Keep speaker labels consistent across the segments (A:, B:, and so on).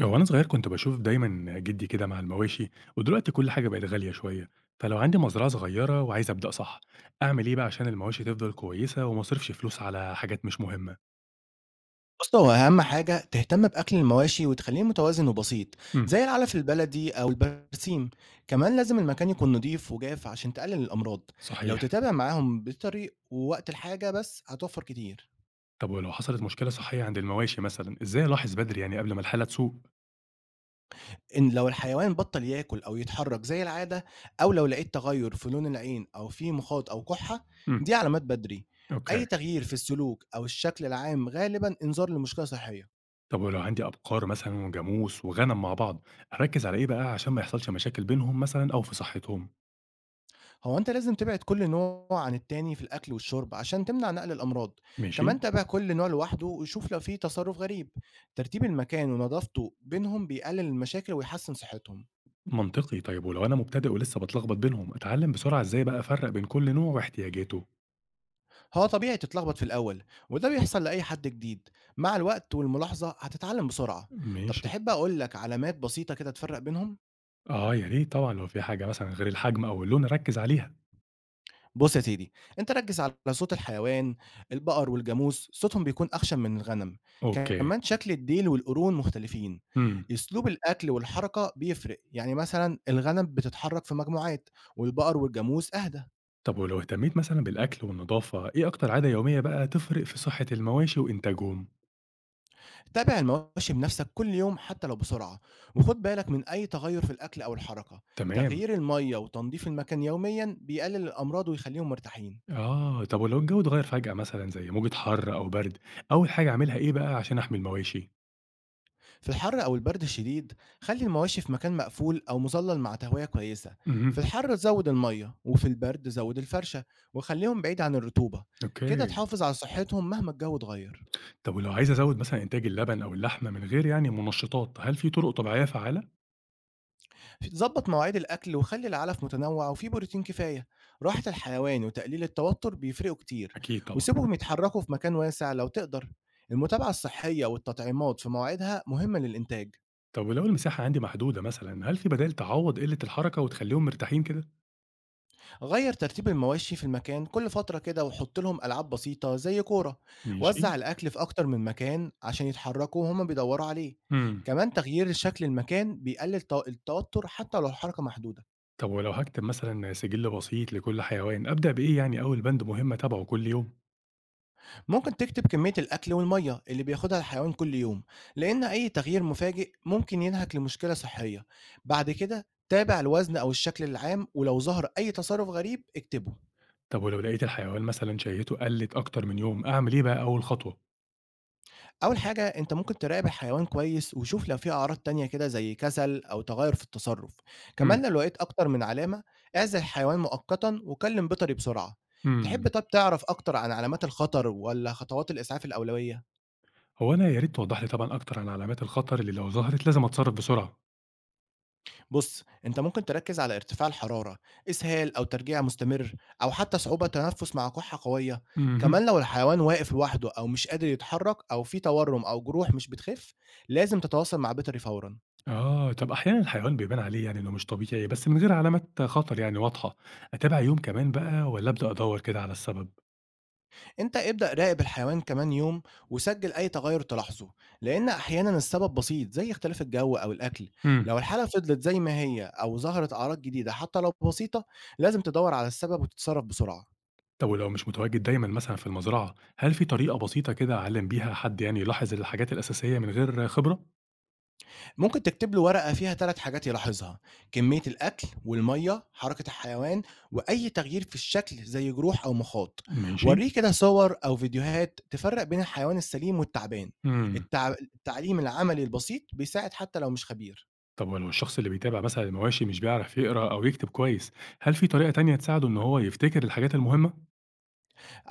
A: هو أنا صغير كنت باشوف دايمًا جدي كده مع المواشي، ودلوقتي كل حاجة بقت غالية شوية، فلو عندي مزرعة صغيرة وعايز أبدأ صح، أعمل إيه بقى عشان المواشي تفضل كويسة وما أصرفش فلوس على حاجات مش مهمة؟
B: بُص، هو أهم حاجة تهتم بأكل المواشي وتخلّيه متوازن وبسيط،
A: امم،
B: زي العلف البلدي أو البرسيم، كمان لازم المكان يكون نضيف وجاف عشان تقلل الأمراض، لو
A: صحيح.
B: تتابع معاهم بالطريق ووقت الحاجة بس هتوفر كتير،
A: طب ولو حصلت مشكلة صحية عند المواشي مثلًا، إزاي ألاحظ بدري يعني قبل ما الحالة تسوء؟
B: إن لو الحيوان بطل ياكل أو يتحرك زي العادة، أو لو لقيت تغير في لون العين أو في مخاط أو كحة،
A: امم.
B: دي علامات بدري، أي
A: أوكي.
B: تغيير في السلوك أو الشكل العام غالبًا إنذار لمشكلة صحية.
A: طب ولو عندي أبقار مثلًا وجاموس وغنم مع بعض، أركز على إيه بقى عشان ما يحصلش مشاكل بينهم مثلًا أو في صحتهم؟
B: هو أنت لازم تبعد كل نوع عن التاني في الأكل والشرب عشان تمنع نقل الأمراض،
A: ماشي.
B: كمان تابع كل نوع لوحده وشوف لو فيه تصرف غريب، ترتيب المكان ونظافته بينهم بيقلل المشاكل ويحسن صحتهم.
A: منطقي. طيب ولو أنا مبتدئ ولسه باتلخبط بينهم أتعلم بسرعة إزاي بقى أفرق بين كل نوع واحتياجاته؟
B: هو طبيعي تتلخبط في الأول وده بيحصل لأي حد جديد، مع الوقت والملاحظة هتتعلم بسرعة. طب
A: ماشي.
B: تحب أقولك علامات بسيطة كده تفرق بينهم؟
A: آه يا ريت طبعا، لو في حاجة مثلا غير الحجم أو اللون أركز عليها.
B: بُص يا سيدي، أنت ركّز على صوت الحيوان، البقر والجاموس صوتهم بيكون أخشن من الغنم،
A: أوكي.
B: كمان شكل الديل والقرون مختلفين،
A: امم.
B: أسلوب الأكل والحركة بيفرق، يعني مثلًا الغنم بتتحرك في مجموعات والبقر والجاموس أهدى.
A: طب ولو اهتميت مثلا بالأكل والنظافة إيه أكتر عادة يومية بقى تفرق في صحة المواشي وإنتاجهم؟
B: تابع المواشي بنفسك كل يوم حتى لو بسرعة، وخُد بالك من أي تغيُّر في الأكل أو الحركة،
A: تمام.
B: تغيير المَيّة وتنضيف المكان يوميًا بيقلل الأمراض ويخلّيهم مرتاحين.
A: آه، طب ولو الجو اتغير فجأة مثلا زي موجة حر أو برد، أول حاجة أعملها إيه بقى عشان أحمي المواشي؟
B: في الحر أو البرد الشديد خلي المواشي في مكان مقفول أو مظلل مع تهوية كويسة، في
A: امم.
B: الحر زود المية وفي البرد زود الفرشة وخليهم بعيد عن الرطوبة، كده
A: أوكي.
B: تحافظ على صحتهم مهما الجو اتغير.
A: طب ولو عايز أزود مثلا إنتاج اللبن أو اللحمة من غير يعني منشطات، هل في طرق طبيعية فعالة؟
B: ظبط مواعيد الأكل وخلي العلف متنوع وفيه بروتين كفاية، راحة الحيوان وتقليل التوتر بيفرقوا كتير،
A: أكيد طبعًا.
B: وسيبهم يتحركوا في مكان واسع لو تقدر، المتابعة الصحية والتطعيمات في مواعيدها مهمة للإنتاج.
A: طب ولو المساحة عندي محدودة مثلًا، هل في بدايل تعوّض قِلّة الحركة وتخلّيهم مرتاحين كده؟
B: غير ترتيب المواشي في المكان كل فترة كده وحط لهم ألعاب بسيطة زي كورة،
A: ماشي.
B: وزع الأكل في أكتر من مكان عشان يتحركوا وهما بيدوروا عليه،
A: إمم.
B: كمان تغيير شكل المكان بيقلل التوتر حتى لو الحركة محدودة.
A: طب ولو هاكتب مثلًا سِجِل بسيط لكل حيوان، أبدأ بإيه يعني أول بند مهم أتابعه كل يوم؟
B: ممكن تكتب كمية الأكل والمية اللي بياخدها الحيوان كل يوم، لأن أي تغيير مفاجئ ممكن ينهك لمشكلة صحية، بعد كده تابع الوزن أو الشكل العام ولو ظهر أي تصرف غريب اكتبه.
A: طب ولو لقيت الحيوان مثلًا شهيته قلّت أكتر من يوم، أعمل إيه بقى أول خطوة؟
B: أول حاجة أنت ممكن تراقب الحيوان كويس وشوف لو في أعراض تانية كده زي كسل أو تغير في التصرف،
A: إمم.
B: كمان لو لقيت أكتر من علامة اعزل الحيوان مؤقتا وكلم بيطري بسرعة. تحب
A: إمم.
B: طب تعرف أكتر عن علامات الخطر ولا خطوات الإسعاف الأولوية؟
A: هو أنا يا ريت توضّح لي طبعًا أكتر عن علامات الخطر اللي لو ظهرت لازم أتصرّف بسرعة.
B: بص أنت ممكن تركز على ارتفاع الحرارة، إسهال أو ترجيع مستمر أو حتى صعوبة تنفس مع كحة قوية،
A: اهم.
B: كمان لو الحيوان واقف لوحده أو مش قادر يتحرك أو في تورم أو جروح مش بتخف، لازم تتواصل مع بيطري فورا.
A: آه. طب أحيانًا الحيوان بيبان عليه يعني إنه مش طبيعي، بس من غير علامات خطر يعني واضحة، أتابع يوم كمان بقى والّا أبدأ أدوّر كده على السبب؟
B: انت ابدأ راقب الحيوان كمان يوم وسجل اي تغير تلاحظه، لان احيانا السبب بسيط زي اختلاف الجو او الاكل،
A: إمم.
B: لو الحالة فضلت زي ما هي او ظهرت اعراض جديدة حتى لو بسيطة لازم تدور على السبب وتتصرف بسرعة.
A: طب ولو مش متواجد دايمًا مثلًا في المزرعة، هل في طريقة بسيطة كده أعلّم بيها حد يعني يلاحظ الحاجات الأساسية من غير خبرة؟
B: ممكن تكتب له ورقة فيها ثلاث حاجات يلاحظها، كمية الاكل والمية، حركة الحيوان، واي تغيير في الشكل زي جروح او مخاط،
A: ماشي.
B: وريه كده صور او فيديوهات تفرق بين الحيوان السليم والتعبان.
A: إمم.
B: التع... التعليم العملي البسيط بيساعد حتى لو مش خبير.
A: طب ولو الشخص اللي بيتابع مثلًا المواشي مش بيعرف يقرا أو يكتب كويس، هل في طريقة تانية تساعده إن هو يفتكر الحاجات المهمة؟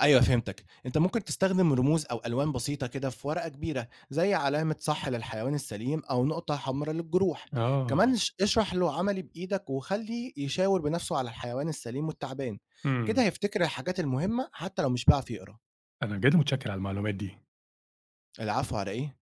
B: أيوه فهمتك، أنت ممكن تستخدم رموز أو ألوان بسيطة كده في ورقة كبيرة، زي علامة صح للحيوان السليم أو نقطة حمراء للجروح، كمان
A: آه.
B: اشرح له عملي بإيدك وخليه يشاور بنفسه على الحيوان السليم والتعبان، كده
A: إمم.
B: هيفتكر الحاجات المهمة حتى لو مش بيعرف يقرأ،
A: أنا بجد متشكر على المعلومات دي.
B: العفو على إيه؟